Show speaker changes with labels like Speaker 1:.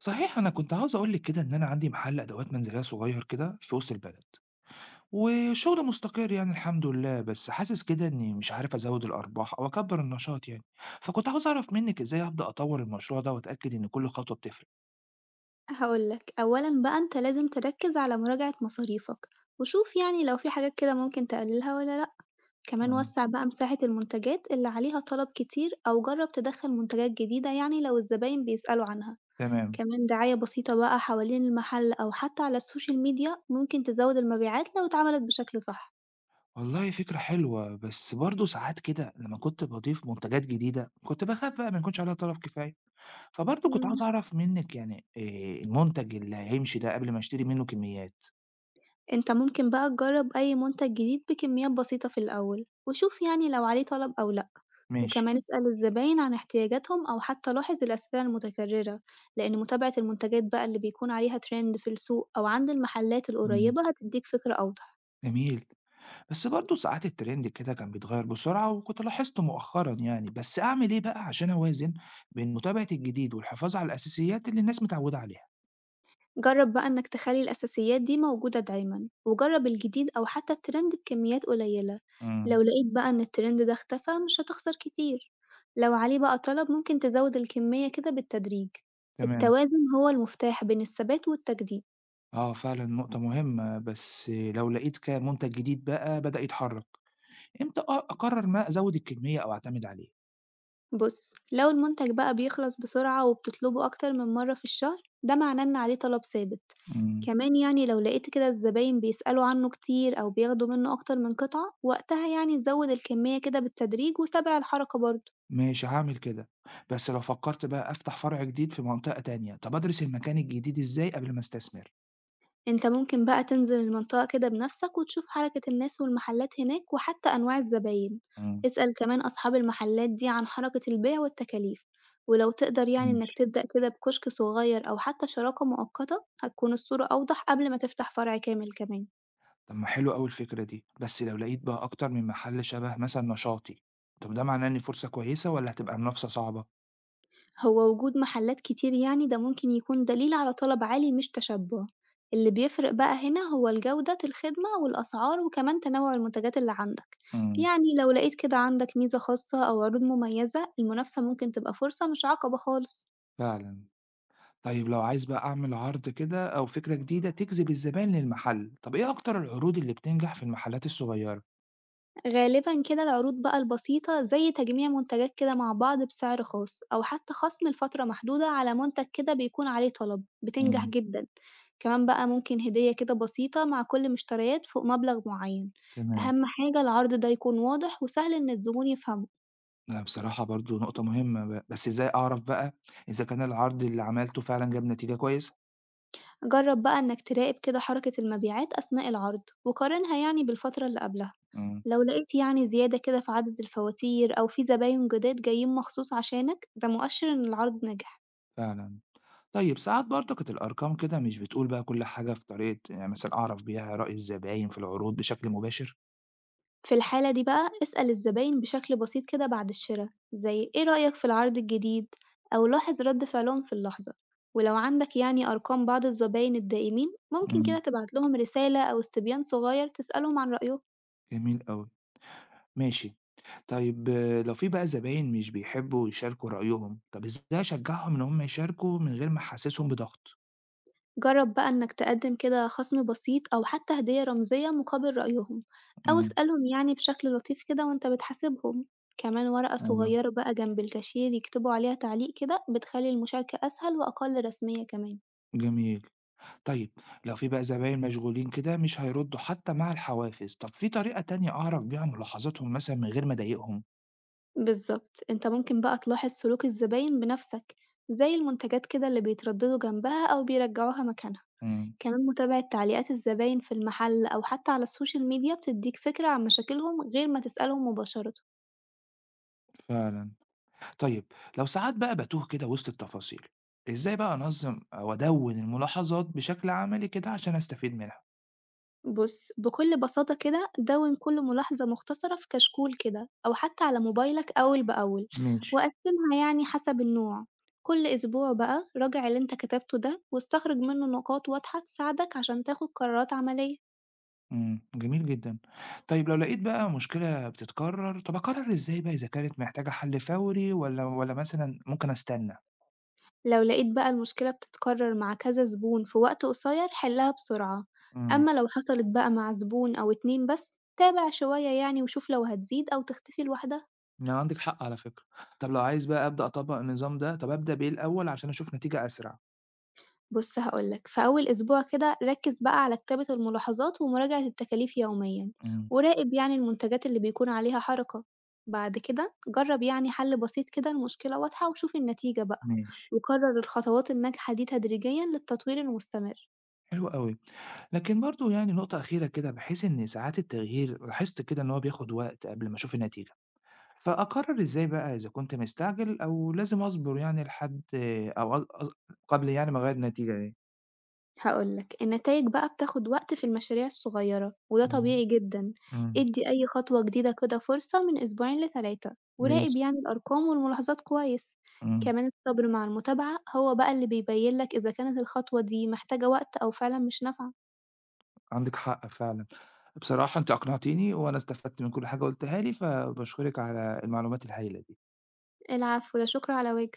Speaker 1: صحيح، أنا كنت عاوز أقول لِك كده إن أنا عندي محل أدوات منزلية صغير كده في وسط البلد، وشغل مستقر، يعني الحمد لله، بس حاسس كده إني مش عارف أزود الأرباح أو أكبر النشاط يعني. فكنت عاوز أعرف منِك إزاي أبدأ أطور المشروع ده وأتأكد إن كل خطوة بتفرق؟
Speaker 2: هاقول لك، أولًا بقى أنت لازم تركّز على مراجعة مصاريفك، وشوف يعني لو في حاجات كده ممكن تقللها والّا لأ، كمان
Speaker 1: إمم.
Speaker 2: وسّع بقى مساحة المنتجات اللي عليها طلب كتير أو جرّب تدخّل منتجات جديدة يعني لو الزباين بيسألوا عنها،
Speaker 1: تمام.
Speaker 2: كمان دعاية بسيطة بقى حوالين المحل أو حتى على السوشيال ميديا ممكن تزوّد المبيعات لو اتعملت بشكل صح.
Speaker 1: والله فكرة حلوة، بس برضه ساعات كده لما كنت باضيف منتجات جديدة كنت باخاف بقى ما يكونش عليها طلب كفاية، فبرضه كنت عاوز
Speaker 2: إمم.
Speaker 1: أعرف منِك يعني المنتج اللي هيمشي ده قبل ما أشتري منه كميات؟
Speaker 2: أنت ممكن بقى تجرّب أي منتج جديد بكميات بسيطة في الأول، وشوف يعني لو عليه طلب أو لأ،
Speaker 1: ماشي.
Speaker 2: وكمان اسأل الزباين عن احتياجاتهم أو حتى لاحظ الأسئلة المتكررة، لإن متابعة المنتجات بقى اللي بيكون عليها ترند في السوق أو عند المحلات
Speaker 1: إمم.
Speaker 2: القريبة هتديك فكرة أوضح.
Speaker 1: جميل. بس برضه ساعات الترند كده كان بيتغير بسرعة وكنت لاحظته مؤخرا، يعني بس أعمل إيه بقى عشان أوازن بين متابعة الجديد والحفاظ على الأساسيات اللي الناس متعودة عليها.
Speaker 2: جرّب بقى إنك تخلّي الأساسيات دي موجودة دايمًا، وجرّب الجديد أو حتى الترند بكميات قليلة، لو
Speaker 1: امم.
Speaker 2: لقيت بقى إن الترند ده اختفى مش هتخسر كتير، لو عليه بقى طلب ممكن تزوّد الكمية كده بالتدريج،
Speaker 1: تمام.
Speaker 2: التوازن هو المفتاح بين الثبات والتجديد.
Speaker 1: اه، فعلا نقطة مهمة، بس لو لقيت كان منتج جديد بقى بدأ يتحرك، امتى أقرر ما أزود الكمية أو أعتمد عليه؟
Speaker 2: بُص، لو المنتج بقى بيخلص بسرعة وبتطلبه أكتر من مرة في الشهر، ده معناه إن عليه طلب ثابت،
Speaker 1: امم.
Speaker 2: كمان يعني لو لقيت كده الزباين بيسألوا عنه كتير أو بياخدوا منه أكتر من قطعة، وقتها يعني زوِّد الكمية كده بالتدريج وتابع الحركة برضه.
Speaker 1: ماشي، هعمل كده. بس لو فكرت بقى أفتح فرع جديد في منطقة تانية، طب أدرس المكان الجديد إزاي قبل ما أستثمر؟
Speaker 2: أنت ممكن بقى تنزل المنطقة كده بنفسك وتشوف حركة الناس والمحلات هناك وحتى أنواع الزباين،
Speaker 1: امم.
Speaker 2: اسأل كمان أصحاب المحلات دي عن حركة البيع والتكاليف، ولو تقدر يعني إنك
Speaker 1: ماشي.
Speaker 2: تبدأ كده بكشك صغير أو حتى شراكة مؤقتة هتكون الصورة أوضح قبل ما تفتح فرع كامل كمان.
Speaker 1: طب ما حلو أوي الفكرة دي، بس لو لقيت بقى أكتر من محل شبه مثلًا نشاطي، طب ده معناه إن فرصة كويسة والّا هتبقى منافسة صعبة؟
Speaker 2: هو وجود محلات كتير يعني ده ممكن يكون دليل على طلب عالي مش تشبع، اللي بيفرق بقى هنا هو الجودة الخدمة والأسعار وكمان تنوع المنتجات اللي عندك،
Speaker 1: إمم.
Speaker 2: يعني لو لقيت كده عندك ميزة خاصة أو عروض مميزة المنافسة ممكن تبقى فرصة مش عقبة خالص.
Speaker 1: فعلًا. طيب لو عايز بقى أعمل عرض كده أو فكرة جديدة تجذب الزبائن للمحل، طب إيه أكتر العروض اللي بتنجح في المحلات الصغيرة؟
Speaker 2: غالبًا كده العروض بقى البسيطة زي تجميع منتجات كده مع بعض بسعر خاص أو حتى خصم لفترة محدودة على منتج كده بيكون عليه طلب بتنجح
Speaker 1: إمم.
Speaker 2: جدًا، كمان بقى ممكن هدية كده بسيطة مع كل مشتريات فوق مبلغ معين،
Speaker 1: تمام.
Speaker 2: أهم حاجة العرض ده يكون واضح وسهل إن الزبون يفهمه،
Speaker 1: لأ، بصراحة برضه نقطة مهمة، بس إزاي أعرف بقى إذا كان العرض اللي عملته فعلًا جاب نتيجة كويسة؟
Speaker 2: جرب بقى إنك تراقب كده حركة المبيعات أثناء العرض وقارنها يعني بالفترة اللي قبلها،
Speaker 1: إمم.
Speaker 2: لو لقيت يعني زيادة كده في عدد الفواتير أو في زباين جداد جايين مخصوص عشانك ده مؤشر إن العرض نجح.
Speaker 1: فعلًا. طيب ساعات برضك الأرقام كده مش بتقول بقى كل حاجة، في طريقة يعني مثلًا أعرف بيها رأي الزباين في العروض بشكل مباشر؟
Speaker 2: في الحالة دي بقى اسأل الزباين بشكل بسيط كده بعد الشرا زي: إيه رأيك في العرض الجديد؟ أو لاحظ رد فعلهم في اللحظة، ولو عندك يعني أرقام بعض الزباين الدائمين ممكن
Speaker 1: إمم.
Speaker 2: كده تبعت لهم رسالة أو استبيان صغير تسألهم عن رأيهم،
Speaker 1: جميل أوي. ماشي. طيب آه، لو في بقى زباين مش بيحبوا يشاركوا رأيهم، طب إزاي أشجعهم إن هم يشاركوا من غير ما أحسسهم بضغط؟
Speaker 2: جرب بقى إنك تقدم كده خصم بسيط أو حتى هدية رمزية مقابل رأيهم، أو
Speaker 1: إمم.
Speaker 2: اسألهم يعني بشكل لطيف كده وإنت بتحاسبهم، كمان ورقة
Speaker 1: أيوه.
Speaker 2: صغيرة بقى جنب الكاشير يكتبوا عليها تعليق كده بتخلي المشاركة أسهل وأقل رسمية كمان.
Speaker 1: جميل. طيب، لو في بقى زباين مشغولين كده مش هيردوا حتى مع الحوافز، طب في طريقة تانية أعرف بيها ملاحظاتهم مثلًا من غير ما أضايقهم؟
Speaker 2: بالضبط، أنت ممكن بقى تلاحظ سلوك الزباين بنفسك، زي المنتجات كده اللي بيترددوا جنبها أو بيرجعوها مكانها،
Speaker 1: إمم.
Speaker 2: كمان متابعة تعليقات الزباين في المحل أو حتى على السوشيال ميديا بتديك فكرة عن مشاكلهم غير ما تسألهم مباشرة.
Speaker 1: فعلًا. طيب، لو ساعات بقى بتوه كده وسط التفاصيل، ازاي بقى انظم او ادون الملاحظات بشكل عملي كده عشان استفيد منها؟
Speaker 2: بُص، بكل بساطة كده دَوِّن كل ملاحظة مختصرة في كشكول كده أو حتى على موبايلك أول بأول،
Speaker 1: ماشي.
Speaker 2: وقسّمها يعني حسب النوع، كل أسبوع بقى راجع اللي أنت كتبته ده واستخرج منه نقاط واضحة تساعدك عشان تاخد قرارات عملية.
Speaker 1: امم. جميل جدا. طيب لو لقيت بقى مشكلة بتتكرر، طب اقرر ازاي بقى اذا كانت محتاجة حل فوري ولا مثلا ممكن استنى؟
Speaker 2: لو لقيت بقى المشكلة بتتكرر مع كذا زبون في وقت قصير حلها بسرعة،
Speaker 1: امم.
Speaker 2: أما لو حصلت بقى مع زبون أو اتنين بس تابع شوية يعني وشوف لو هتزيد أو تختفي لوحدها.
Speaker 1: يعني عندك حق على فكرة. طب لو عايز بقى ابدا اطبق النظام ده، طب ابدا بايه الاول عشان اشوف نتيجة اسرع؟
Speaker 2: بص، هقولك في أول أسبوع كده ركز بقى على كتابة الملاحظات ومراجعة التكاليف يوميا،
Speaker 1: امم.
Speaker 2: وراقب يعني المنتجات اللي بيكون عليها حركة، بعد كده جرب يعني حل بسيط كده المشكلة واضحة وشوف النتيجة بقى،
Speaker 1: ماشي.
Speaker 2: وكرر الخطوات الناجحة دي تدريجيا للتطوير المستمر.
Speaker 1: حلو قوي. لكن برضه يعني نقطة أخيرة كده، بحيث إن ساعات التغيير لاحظت كده إن هو بياخد وقت قبل ما أشوف النتيجة، فأقرر إزاي بقى إذا كنت مستعجل أو لازم أصبر يعني لحد أو أ- أص- قبل يعني ما أغير النتيجة دي.
Speaker 2: هاقول لك، النتايج بقى بتاخد وقت في المشاريع الصغيرة وده
Speaker 1: إمم.
Speaker 2: طبيعي جدًا،
Speaker 1: إمم.
Speaker 2: ادّي أي خطوة جديدة كده فرصة من أسبوعين ل3
Speaker 1: ماشي.
Speaker 2: وراقب يعني الأرقام والملاحظات كويس،
Speaker 1: إمم.
Speaker 2: كمان الصبر مع المتابعة هو بقى اللي بيبين لك إذا كانت الخطوة دي محتاجة وقت أو فعلًا مش نافعة.
Speaker 1: عندك حق فعلا. بصراحة أنت أقنعتيني وأنا استفدت من كل حاجة قلتها لي فباشكرك على المعلومات الهائلة دي.
Speaker 2: العفو، لا شكر على واجب.